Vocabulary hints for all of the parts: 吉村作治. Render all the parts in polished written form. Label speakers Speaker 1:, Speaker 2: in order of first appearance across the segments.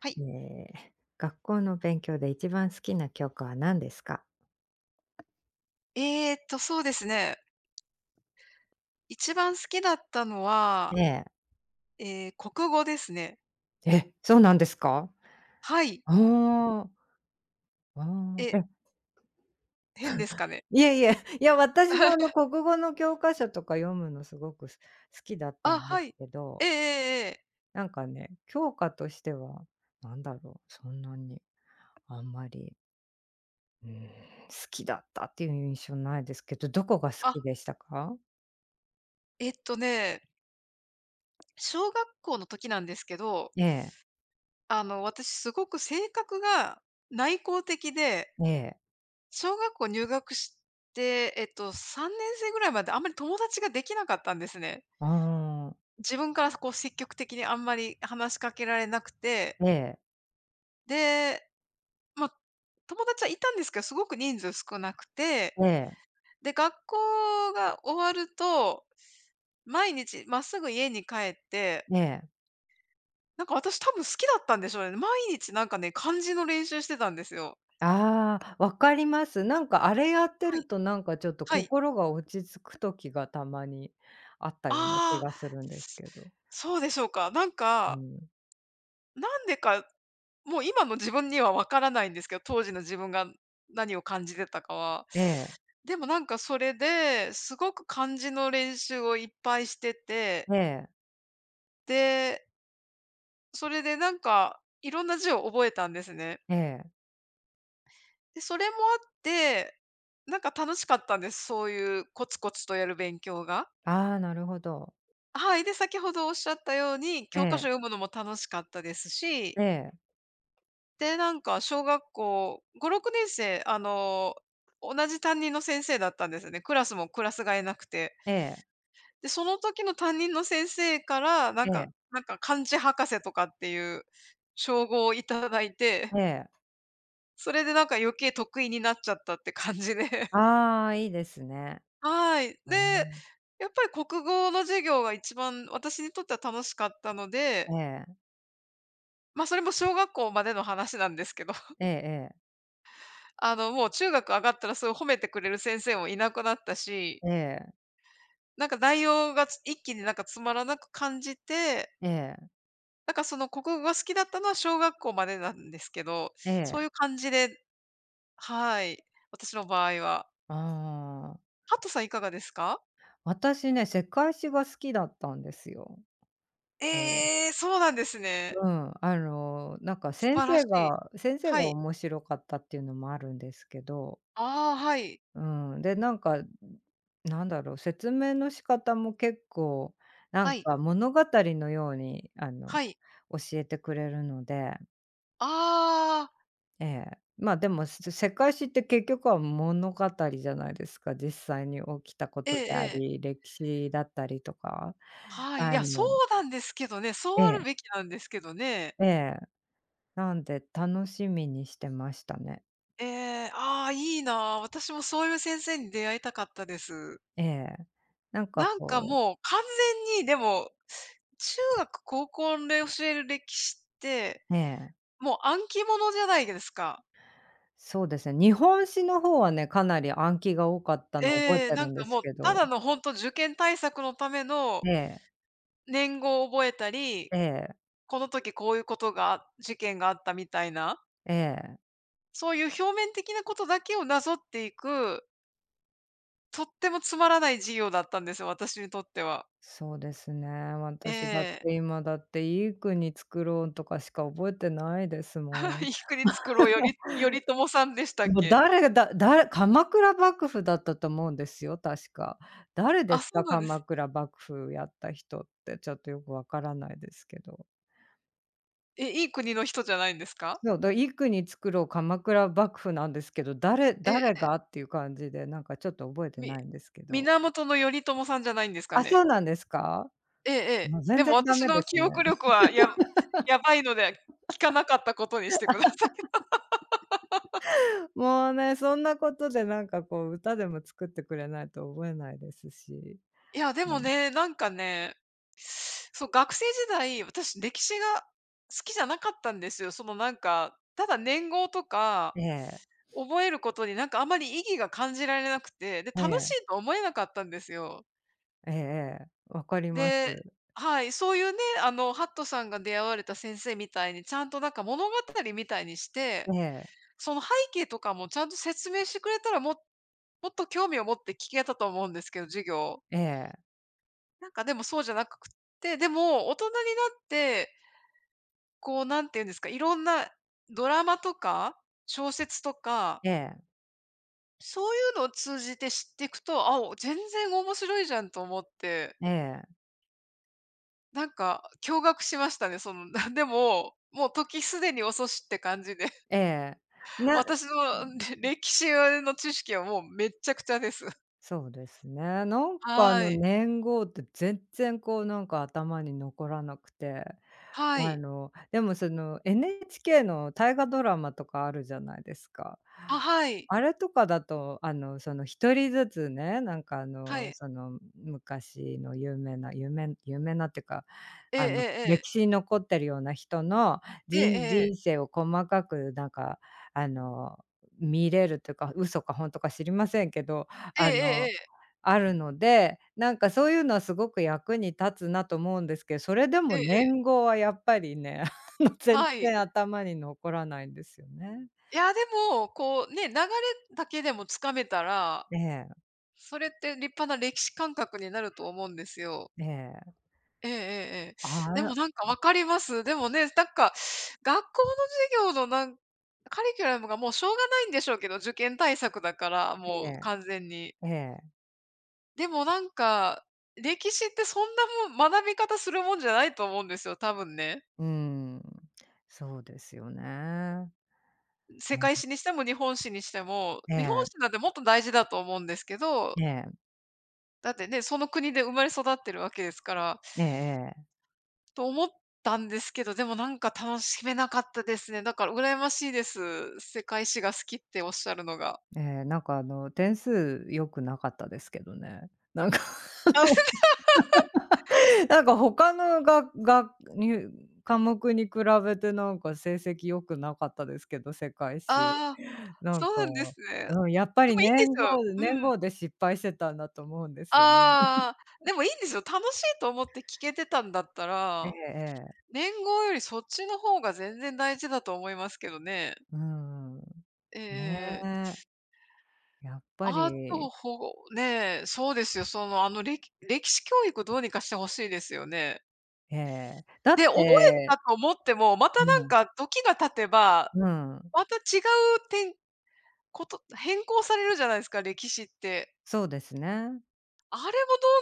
Speaker 1: はい。
Speaker 2: ねえ、学校の勉強で一番好きな教科は何ですか？
Speaker 1: そうですね。一番好きだったの
Speaker 2: え
Speaker 1: は、
Speaker 2: え。
Speaker 1: 国語ですね。
Speaker 2: え、そうなんですか？
Speaker 1: はい。
Speaker 2: ああ、あ
Speaker 1: え、
Speaker 2: あ、え、
Speaker 1: 変ですかね？
Speaker 2: いえいえ、いや、私も国語の教科書とか読むのすごく好きだった
Speaker 1: あ、
Speaker 2: んで
Speaker 1: は
Speaker 2: す
Speaker 1: い。
Speaker 2: け
Speaker 1: ええ
Speaker 2: ど、
Speaker 1: ええええ。
Speaker 2: 教科としては、なんだろう、そんなにあんまり、好きだったっていう印象ないですけど、どこが好
Speaker 1: あ、
Speaker 2: きでしたか？
Speaker 1: えっとね、小学校の時なんですけど、
Speaker 2: ええ、
Speaker 1: 私すごく性格が内向的で、
Speaker 2: ええ、
Speaker 1: 小学校入学して、3年生ぐらいまであんまり友達ができなかったんですね。
Speaker 2: ああ、
Speaker 1: 自分からこう積極的にあんまり話しかけられなくて、
Speaker 2: ええ、
Speaker 1: でまあ、友達はいたんですけど、すごく人数少なくて、
Speaker 2: ええ、
Speaker 1: で、学校が終わると、毎日まっすぐ家に帰って、
Speaker 2: ええ。
Speaker 1: なんか私多分好きだったんでしょうね。毎日なんかね、漢字の練習してたんですよ。
Speaker 2: ああ、分かります。なんかあれやって
Speaker 1: は
Speaker 2: る
Speaker 1: い。
Speaker 2: と、なんかちょっと
Speaker 1: はい。
Speaker 2: 心が落ち着く時がたまにあったような気
Speaker 1: ああ、
Speaker 2: がするんです
Speaker 1: す
Speaker 2: けど。
Speaker 1: そうでしょうか。なん
Speaker 2: う
Speaker 1: か、
Speaker 2: ん。
Speaker 1: なんでか、もう今の自分にはわからないんですけど、当時の自分が何を感じてたかは。
Speaker 2: ええ、
Speaker 1: でもなんかそれで、すごく漢字の練習をいっぱいしてて、
Speaker 2: ええ、
Speaker 1: で、それでなんか、いろんな字を覚えたんですね。
Speaker 2: ええ。
Speaker 1: で、それもあって、なんか楽しかったんです。そういうコツコツとやる勉強が。
Speaker 2: ああ、なるほど。
Speaker 1: はい。で、先ほどおっしゃったように、
Speaker 2: え
Speaker 1: 教科書
Speaker 2: え、
Speaker 1: 読むのも楽しかったですし、
Speaker 2: ええ、
Speaker 1: で、なんか小学校5、6年生、同じ担任の先生だったんですよね。クラスもクラス替えなくて。
Speaker 2: ええ、
Speaker 1: で、その時の担任の先生から、なん
Speaker 2: え
Speaker 1: か
Speaker 2: え、
Speaker 1: なんか漢字博士とかっていう称号をいただいて、
Speaker 2: ええ。
Speaker 1: それでなんか余計得意になっちゃったって感じで。
Speaker 2: ああ、いいですね。
Speaker 1: はい。
Speaker 2: う
Speaker 1: で、
Speaker 2: ん。
Speaker 1: やっぱり国語の授業が一番私にとっては楽しかったの
Speaker 2: え
Speaker 1: で、
Speaker 2: え、
Speaker 1: ま、それも小学校までの話なんですけど、
Speaker 2: ええ
Speaker 1: もう中学上がったらそういう褒めてくれる先生もいなくなったし、
Speaker 2: ええ、ええ、
Speaker 1: なんか内容が一気になんかつまらなく感じて、
Speaker 2: ええ、
Speaker 1: なんかその国語が好きだったのは小学校までなんですけど、
Speaker 2: え
Speaker 1: そういう
Speaker 2: え。
Speaker 1: 感じで。はい、私の場合は。
Speaker 2: ああ。
Speaker 1: ハットさんいかがですか？
Speaker 2: 私ね、世界史が好きだったんですよ。うん。
Speaker 1: ええー、そうなんですね。
Speaker 2: うん、なんか
Speaker 1: 素
Speaker 2: 先
Speaker 1: 晴らし
Speaker 2: 生
Speaker 1: い。
Speaker 2: が先生が
Speaker 1: はい。
Speaker 2: 面白かったっていうのもあるんですけど、
Speaker 1: ああ、はい。
Speaker 2: うん、で、なんか、なんだろう、説明の仕方も結構、な
Speaker 1: は
Speaker 2: ん
Speaker 1: い。
Speaker 2: か物語のように、あの、
Speaker 1: はい。
Speaker 2: 教えてくれるので、
Speaker 1: ああ、
Speaker 2: ええ、まあ、でも、世界史って結局は物語じゃないですか、実際に起きたこ
Speaker 1: え
Speaker 2: とで
Speaker 1: え
Speaker 2: あ
Speaker 1: ええ。
Speaker 2: り、歴史だったりとか、
Speaker 1: はい。い
Speaker 2: あ
Speaker 1: や、そう
Speaker 2: の、
Speaker 1: なんですけどね、そう
Speaker 2: え
Speaker 1: あるべ
Speaker 2: え、
Speaker 1: きなんですけどね。
Speaker 2: ええ、なんで楽しみにしてましたね。
Speaker 1: ええ、ああ、いいな。私もそういう先生に出会いたかったです。
Speaker 2: ええ。なんか
Speaker 1: なんか
Speaker 2: こう、
Speaker 1: もう完全にでも、中学、高校で教える歴史って、
Speaker 2: ええ、
Speaker 1: もう暗記ものじゃないですか。
Speaker 2: そうですね、日本史の方はね、かなり暗記が多かったのを覚
Speaker 1: え
Speaker 2: え
Speaker 1: え、
Speaker 2: てる
Speaker 1: なん
Speaker 2: んで
Speaker 1: か
Speaker 2: す
Speaker 1: もう
Speaker 2: け
Speaker 1: た
Speaker 2: ど。
Speaker 1: だの本当受験対策のための
Speaker 2: ええ、
Speaker 1: 年号を覚えたり、
Speaker 2: ええ、
Speaker 1: この時こういうことが事件があったみたいな、
Speaker 2: ええ。
Speaker 1: そういう表面的なことだけをなぞっていく、とってもつまらない授業だったんですよ、私にとっては。
Speaker 2: そうですね、私だっ
Speaker 1: ええ。
Speaker 2: て今だって、いい国作ろうとかしか覚えてないですも ん。
Speaker 1: いい国作ろう、より頼朝さんでしたっ
Speaker 2: もう
Speaker 1: け？
Speaker 2: 誰がだ誰鎌倉幕府だったと思うんですよ、確か。誰で
Speaker 1: あ、
Speaker 2: す
Speaker 1: そう
Speaker 2: か？
Speaker 1: なんで
Speaker 2: 鎌
Speaker 1: す。
Speaker 2: 倉幕府やった人って、ちょっとよくわからないですけど。
Speaker 1: え、いい国の人じゃないんですか？
Speaker 2: そう、いくに作ろう鎌倉幕府なんですけど、誰誰
Speaker 1: え、
Speaker 2: がっていう感じで、なんかちょっと覚えて
Speaker 1: み
Speaker 2: ないんですけど。
Speaker 1: 源頼朝さんじゃないんですか
Speaker 2: あ、
Speaker 1: ね？
Speaker 2: そうなんですか？
Speaker 1: ええええ。
Speaker 2: もう全
Speaker 1: で
Speaker 2: 然
Speaker 1: も
Speaker 2: ダ
Speaker 1: 私
Speaker 2: メ
Speaker 1: の
Speaker 2: です
Speaker 1: 記
Speaker 2: ね。
Speaker 1: 憶力はやばいので、聞かなかったことにしてください。
Speaker 2: もうね、そんなことでなんかこう歌でも作ってくれないと覚えないですし。
Speaker 1: いや、で
Speaker 2: う
Speaker 1: も
Speaker 2: ん。
Speaker 1: ね、なんかね、そう、学生時代、私歴史が好きじゃなかったんですよ。そのなんか、ただ年号とか
Speaker 2: ええ、
Speaker 1: 覚えることになんかあまり意義が感じられなくて、で、
Speaker 2: え
Speaker 1: 楽し
Speaker 2: え、
Speaker 1: いと思えなかったんですよ。
Speaker 2: ええええ、分かります。
Speaker 1: で、はい、そういうね、ハットさんが出会われた先生みたいに、ちゃんとなんか物語みたいにして、
Speaker 2: ええ、
Speaker 1: その背景とかもちゃんと説明してくれたらも、もっと興味を持って聞けたと思うんですけど、授業。
Speaker 2: ええ、
Speaker 1: なんかでもそうじゃなくて、でも大人になって、こうなんて言うんですか、いろんなドラマとか、小説とか、
Speaker 2: ええ、
Speaker 1: そういうのを通じて知っていくと、あ、全然面白いじゃんと思って、
Speaker 2: ええ、
Speaker 1: なんか驚愕しましたね。その、でも、もう時すでに遅しって感じで、
Speaker 2: ええ。な
Speaker 1: 私の歴史の知識はもうめっちゃくちゃです。
Speaker 2: そうですね。
Speaker 1: はい。
Speaker 2: 年号って全然こうなんか頭に残らなくて。
Speaker 1: はい。
Speaker 2: でもその NHK の大河ドラマとかあるじゃないですか。
Speaker 1: あ、はい。
Speaker 2: あれとかだと、その1人ずつね、
Speaker 1: はい。
Speaker 2: その昔の有名なっていうか、
Speaker 1: ええ
Speaker 2: あの、
Speaker 1: えええ
Speaker 2: 歴
Speaker 1: え。
Speaker 2: 史に残ってるような人の
Speaker 1: えええ
Speaker 2: 人
Speaker 1: え。
Speaker 2: 生を細かく、あの、見れるというか、嘘かほんとか知りませんけど、
Speaker 1: え
Speaker 2: あ
Speaker 1: え
Speaker 2: の、
Speaker 1: ええ。
Speaker 2: あるので、なんかそういうのはすごく役に立つなと思うんですけど、それで
Speaker 1: え
Speaker 2: も
Speaker 1: えええ。
Speaker 2: 年号はやっぱりね、あの、全
Speaker 1: はい。
Speaker 2: 然頭に残らないんですよね。
Speaker 1: いや、でも、こうね、流れだけでもつかめたら、
Speaker 2: ええ、
Speaker 1: それって立派な歴史感覚になると思うんですよ。
Speaker 2: ええ、
Speaker 1: ええええええ。
Speaker 2: あ
Speaker 1: でも
Speaker 2: あ、
Speaker 1: なんかわかります。でもね、なんか、学校の授業のカリキュラムがもうしょうがないんでしょうけど、受験対策だから、も
Speaker 2: え
Speaker 1: う
Speaker 2: え、
Speaker 1: 完全に。
Speaker 2: ええ、
Speaker 1: でもなんか、歴史ってそんなもん学び方するもんじゃないと思うんですよ、多分ね。
Speaker 2: うん、そうですよね。
Speaker 1: 世
Speaker 2: うん、
Speaker 1: 界史にしても日本史にしても、
Speaker 2: え
Speaker 1: 日本
Speaker 2: え、
Speaker 1: 史なんてもっと大事だと思うんですけど、
Speaker 2: ええ、
Speaker 1: だってね、その国で生まれ育ってるわけですから、
Speaker 2: えええ
Speaker 1: と思ったんですけど、でもなんか楽しめなかったですね。だから羨ましいです。世界史が好きっておっしゃるのが。
Speaker 2: え、ええ、なんかあの、点数良くなかったですけどね。なんか あの、 なんか他のががに科目に比べてなんか成績良くなかったですけど、世界史。
Speaker 1: ああ、
Speaker 2: なん
Speaker 1: そう
Speaker 2: か、
Speaker 1: なんですね。
Speaker 2: うん、やっぱ
Speaker 1: で
Speaker 2: り
Speaker 1: もいいんで
Speaker 2: 年
Speaker 1: す
Speaker 2: 号
Speaker 1: よ。う
Speaker 2: 年
Speaker 1: ん。
Speaker 2: 号で失敗してたんだと思うんですよね。
Speaker 1: ああ、でもいいんですよ。楽しいと思って聞けてたんだった
Speaker 2: ええ
Speaker 1: ら、
Speaker 2: ええ。
Speaker 1: 年号よりそっちの方が全然大事だと思いますけどね。
Speaker 2: うん。ね
Speaker 1: ええ、
Speaker 2: え、やっぱ
Speaker 1: あと、
Speaker 2: り、
Speaker 1: ねえ、そうですよ。その、歴史教育どうにかして欲しいですよね。
Speaker 2: ええ。だっ
Speaker 1: で、覚え
Speaker 2: て、
Speaker 1: たと思っても、また
Speaker 2: う
Speaker 1: なん
Speaker 2: ん、
Speaker 1: か時が経てば、
Speaker 2: うん、
Speaker 1: また違うこと変更されるじゃないですか、歴史って。
Speaker 2: そうですね。
Speaker 1: あれも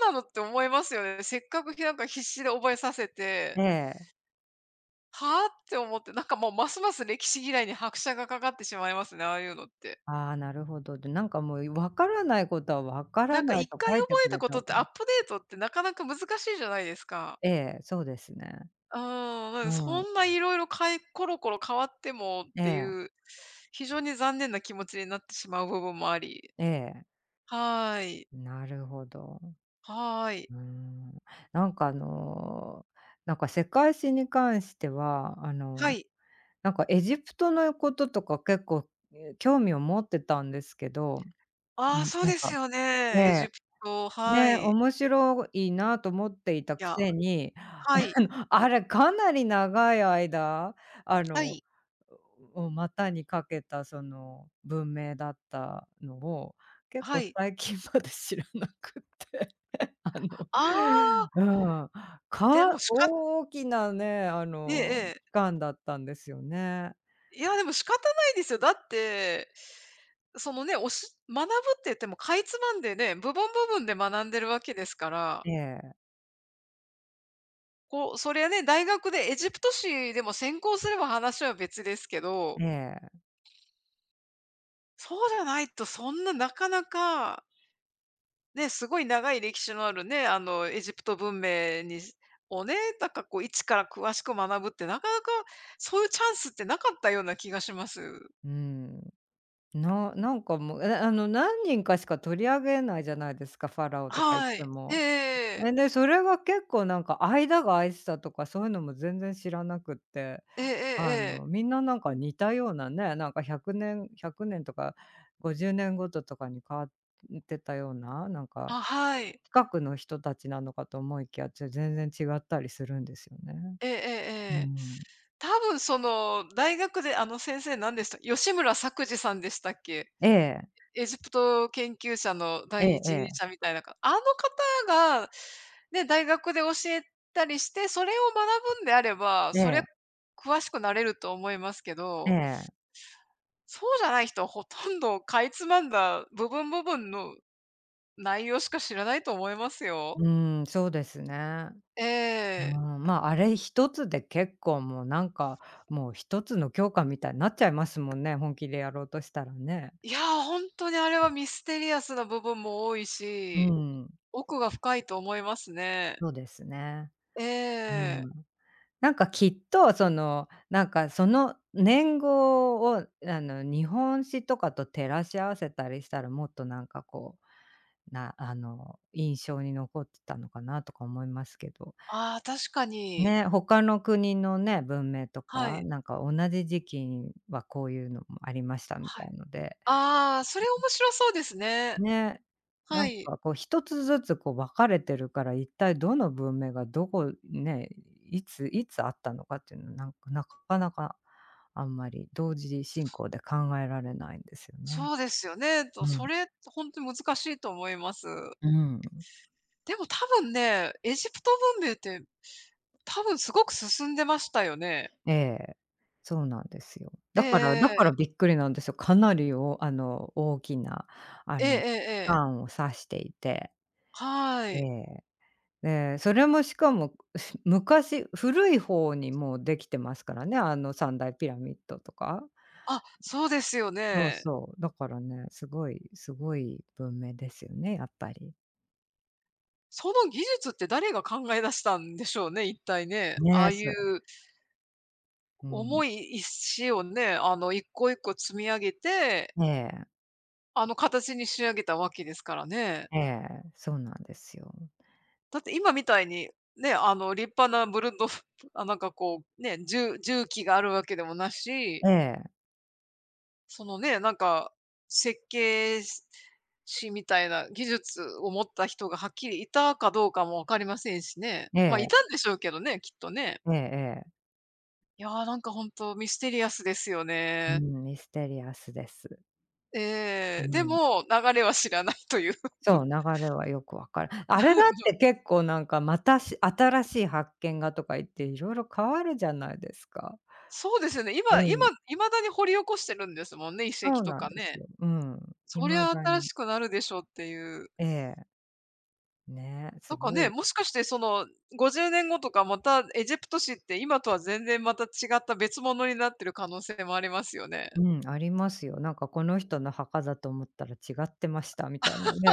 Speaker 1: どうなのって思いますよね。せっかく、なんか必死で覚えさせ
Speaker 2: え
Speaker 1: て、
Speaker 2: え。
Speaker 1: はあ？って思って、なんかもうますます歴史嫌いに拍車がかかってしまいますね、ああいうのって。
Speaker 2: ああ、なるほど。で、なんかもう分からないことは分か
Speaker 1: な
Speaker 2: ら
Speaker 1: んか
Speaker 2: な
Speaker 1: 1
Speaker 2: いと
Speaker 1: 回
Speaker 2: 書いて
Speaker 1: 覚え
Speaker 2: く
Speaker 1: た
Speaker 2: れ
Speaker 1: こ
Speaker 2: た
Speaker 1: と
Speaker 2: 方
Speaker 1: って
Speaker 2: が、
Speaker 1: アップデートってなかなか難しいじゃないですか。
Speaker 2: ええ、そうですね。
Speaker 1: うーん、なん
Speaker 2: う
Speaker 1: でそ
Speaker 2: ん、
Speaker 1: んないろいろコロコロ変わってもっ
Speaker 2: え
Speaker 1: て
Speaker 2: え。
Speaker 1: いう、非常に残念な気持ちになってしまう部分もあり。
Speaker 2: ええ、
Speaker 1: はーい。
Speaker 2: なるほど。
Speaker 1: はーい。
Speaker 2: うーん。なんかあの、なんか世界史に関しては、あ
Speaker 1: は
Speaker 2: の、
Speaker 1: い。
Speaker 2: なんかエジプトのこととか結構、え、興味を持ってたんですけど、う
Speaker 1: ああ、
Speaker 2: ん、
Speaker 1: そう
Speaker 2: なん
Speaker 1: です
Speaker 2: か、
Speaker 1: よ
Speaker 2: え
Speaker 1: ね。エ
Speaker 2: え、
Speaker 1: ジプト、は
Speaker 2: ね、
Speaker 1: い。
Speaker 2: 面白いなと思っていた
Speaker 1: い
Speaker 2: く
Speaker 1: や、
Speaker 2: せに、
Speaker 1: はい。
Speaker 2: あの、あれかなり長い間、あ
Speaker 1: は
Speaker 2: の、
Speaker 1: い。
Speaker 2: を股にかけたその文明だったのを、結
Speaker 1: は
Speaker 2: 構
Speaker 1: い。
Speaker 2: 最近まで知らなくって。あの、
Speaker 1: ああ、
Speaker 2: うん、
Speaker 1: でも
Speaker 2: 大きなね、あ
Speaker 1: えええ
Speaker 2: の、
Speaker 1: え。
Speaker 2: 期間だったんですよね。
Speaker 1: いや、でも仕方ないですよ。だって、そのね、学ぶって言ってもかいつまんでね、部分部分で学んでるわけですから、
Speaker 2: ええ、
Speaker 1: こう、それはね、大学でエジプト史でも専攻すれば話は別ですけど、
Speaker 2: ええ、
Speaker 1: そうじゃないとそんななかなかね、すごい長い歴史のあるね、エジプト文明にをね、なんかこう一から詳しく学ぶってなかなか、そういうチャンスってなかったような気がします。
Speaker 2: うん。なんかもう、え、あの、何人かしか取り上げないじゃないですか、ファラオとか言っ
Speaker 1: は
Speaker 2: て
Speaker 1: い。
Speaker 2: も。
Speaker 1: ええ
Speaker 2: え、で、それが結構なんか間が空いてたとか、そういうのも全然知らなくって、
Speaker 1: ええええ。ええ
Speaker 2: あ
Speaker 1: ええ。
Speaker 2: の、みんななんか似たようなね、なんか1年100年とか50年ごととかに変わってたような、なんか
Speaker 1: あ、はい。
Speaker 2: 近くの人たちなのかと思いきや、全然違ったりするんですよね。
Speaker 1: ええええ
Speaker 2: う
Speaker 1: ええ。
Speaker 2: ん。
Speaker 1: 多分その大学であの先生何でした？吉村作治さんでしたっけ？
Speaker 2: ええ、
Speaker 1: エジプト研究者の
Speaker 2: え
Speaker 1: 第
Speaker 2: ええ
Speaker 1: 一人
Speaker 2: え、
Speaker 1: 者みたいなあの方が、ね、大学で教えたりして、それを学ぶんであれば、
Speaker 2: え
Speaker 1: そりゃ
Speaker 2: え、
Speaker 1: 詳しくなれると思いますけ
Speaker 2: え
Speaker 1: ど、
Speaker 2: え。
Speaker 1: そうじゃない人はほとんどかいつまんだ部分部分の内容しか知らないと思いますよ。
Speaker 2: うーん、そうですね。
Speaker 1: え
Speaker 2: うー
Speaker 1: え。
Speaker 2: ん、まあ、あれ一つで結構もうなんか、もう一つの教科みたいになっちゃいますもんね、本気でやろうとしたらね。
Speaker 1: いや、ほんとにあれはミステリアスな部分も多い
Speaker 2: う
Speaker 1: し、
Speaker 2: ん、
Speaker 1: 奥が深いと思いますね。
Speaker 2: そうですね。
Speaker 1: え
Speaker 2: う
Speaker 1: え。
Speaker 2: ん。なんかきっとその、なんかその年号を、あの、日本史とかと照らし合わせたりしたら、もっとなんかこう、な、あの、印象に残ってたのかなとか思いますけど。
Speaker 1: ああ、確かに。
Speaker 2: ね、他の国のね、文明と
Speaker 1: は
Speaker 2: か、
Speaker 1: い、
Speaker 2: なんか同じ時期にはこういうのもありましたみ
Speaker 1: は
Speaker 2: た
Speaker 1: い。
Speaker 2: いので、
Speaker 1: ああ、それ面白そうですね。
Speaker 2: ね、な
Speaker 1: は
Speaker 2: ん
Speaker 1: い。
Speaker 2: かこう一つずつこう分かれてるから、一体どの文明がどこね、いついつあったのかっていうのはなんか、なかなかあんまり同時進行で考えられないんですよね。
Speaker 1: そうですよね。
Speaker 2: う
Speaker 1: そ
Speaker 2: ん、
Speaker 1: れ本当に難しいと思います。
Speaker 2: うん。
Speaker 1: でも多分ね、エジプト文明って多分すごく進んでましたよね。
Speaker 2: ええ、そうなんですよ。
Speaker 1: えええ
Speaker 2: だから
Speaker 1: え。
Speaker 2: びっくりなんですよ。かなりおあの、大きな、あ
Speaker 1: ええええ
Speaker 2: の、期
Speaker 1: ええ。
Speaker 2: 間を指していて。
Speaker 1: は
Speaker 2: え
Speaker 1: い。
Speaker 2: え。で、それもしかも、昔古い方にもうできてますからね、あの三大ピラミッドとか。
Speaker 1: あ、そうですよ
Speaker 2: そう
Speaker 1: ね。
Speaker 2: そう、だからね、すごい文明ですよね、やっぱり。
Speaker 1: その技術って誰が考え出したんでしょうね、一体ね。ああ
Speaker 2: ね、
Speaker 1: い
Speaker 2: そう、
Speaker 1: う
Speaker 2: うん。
Speaker 1: 重い石をね、一個一個積み上げて、
Speaker 2: ええ、
Speaker 1: あの形に仕上げたわけですからね。
Speaker 2: ええ、そうなんですよ。
Speaker 1: だって今みたいに、ね、立派なブルンド あ、なんかこう、ね、重機があるわけでもなし、
Speaker 2: ええ、
Speaker 1: そのね、なんか、設計士みたいな技術を持った人がはっきりいたかどうかも分かりませんしね。
Speaker 2: え
Speaker 1: まあ、い
Speaker 2: え、
Speaker 1: たんでしょうけどね、きっとね。
Speaker 2: ええええ。
Speaker 1: いやー、なんか本当ミステリアスですよ
Speaker 2: う
Speaker 1: ね。
Speaker 2: ん、ミステリアスです。う
Speaker 1: ええ、で
Speaker 2: ん。
Speaker 1: も、流れは知らないという。
Speaker 2: そう、流れはよくわかる。あれだって 結構なんか、また新しい発見がとか言っていろいろ変わるじゃないですか。
Speaker 1: そうですよね。
Speaker 2: う
Speaker 1: 今
Speaker 2: ん、
Speaker 1: 未だに掘り起こしてるんですもんね、遺跡
Speaker 2: そう
Speaker 1: と
Speaker 2: なん
Speaker 1: か
Speaker 2: です
Speaker 1: ね。
Speaker 2: よ。うん、
Speaker 1: そ
Speaker 2: 未
Speaker 1: りゃ
Speaker 2: だ
Speaker 1: 新
Speaker 2: に。
Speaker 1: しくなるでしょうっていう。
Speaker 2: ええ、ね、
Speaker 1: な
Speaker 2: す
Speaker 1: んか
Speaker 2: ご
Speaker 1: ね、
Speaker 2: い、
Speaker 1: もしかしてその50年後とかまたエジプト史って今とは全然また違った別物になってる可能性もありますよね。
Speaker 2: うん、ありますよ。なんかこの人の墓だと思ったら違ってましたみたいなね。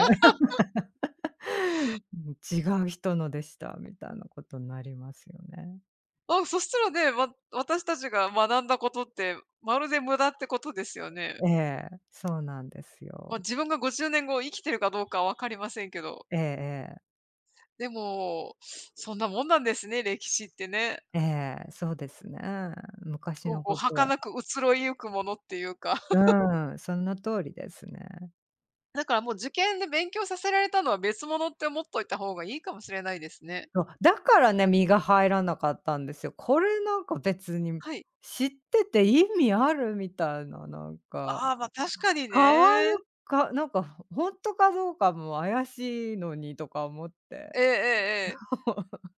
Speaker 2: 違う人のでしたみたいなことになりますよね。
Speaker 1: あ、そしたらね、私たちが学んだことって、まるで無駄ってことですよね。
Speaker 2: ええ、そうなんです
Speaker 1: ま
Speaker 2: よ。
Speaker 1: あ、自分が50年後生きてるかどうかはわかりませんけど。
Speaker 2: ええええ。
Speaker 1: でも、そんなもんなんですね、歴史ってね。
Speaker 2: ええ、そうですね。昔
Speaker 1: こう
Speaker 2: の
Speaker 1: こう
Speaker 2: ことは、
Speaker 1: 儚く移ろいゆくものっていうか。
Speaker 2: うん、その通りですね。
Speaker 1: だからもう受験で勉強させられたのは別物って思っといた方がいいかもしれないですね。
Speaker 2: そう、だからね、身が入らなかったんですよ。これなんか別に
Speaker 1: はい。
Speaker 2: 知ってて意味あるみたいな、なんか、
Speaker 1: ああ、ま、確かに
Speaker 2: 変わる
Speaker 1: ね。
Speaker 2: かなんか、当んとかどうかも怪しいのにとか思って。
Speaker 1: ええええええ。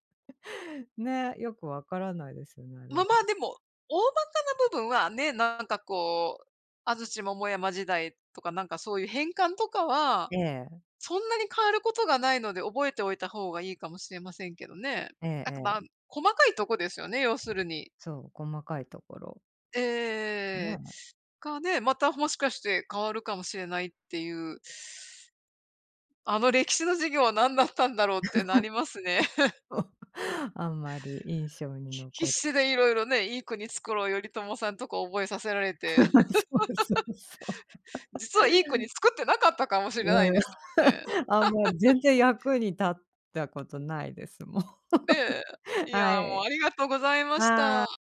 Speaker 2: ね、よくわからないですよね、あれ
Speaker 1: ま、
Speaker 2: は。
Speaker 1: まあ、でも、大まかな部分はね、なんかこう、安土桃山時代とかなんかそういう変換とかは、
Speaker 2: ええ、
Speaker 1: そんなに変わることがないので覚えておいた方がいいかもしれませんけどね。
Speaker 2: ええ
Speaker 1: なんか、まあ、
Speaker 2: ええ。
Speaker 1: 細かいとこですよね、要するに。
Speaker 2: そう、細かいところ。
Speaker 1: ええええええ。
Speaker 2: ね。
Speaker 1: がね、またもしかして変わるかもしれないっていうあの歴史の授業は何だったんだろうってなりますね。
Speaker 2: あんまり印象に
Speaker 1: 必
Speaker 2: 残って
Speaker 1: 死でいろいろね、いい国作ろう、頼朝さんとか覚えさせられ
Speaker 2: そ
Speaker 1: て、
Speaker 2: うそうそう。
Speaker 1: 実はいい国作ってなかったかもしれない
Speaker 2: うん。
Speaker 1: ですもんね。
Speaker 2: 全然役に立ったことないです、もん。
Speaker 1: で、い
Speaker 2: は
Speaker 1: や、もう
Speaker 2: い。
Speaker 1: ありがとうございまし
Speaker 2: は
Speaker 1: た。
Speaker 2: い。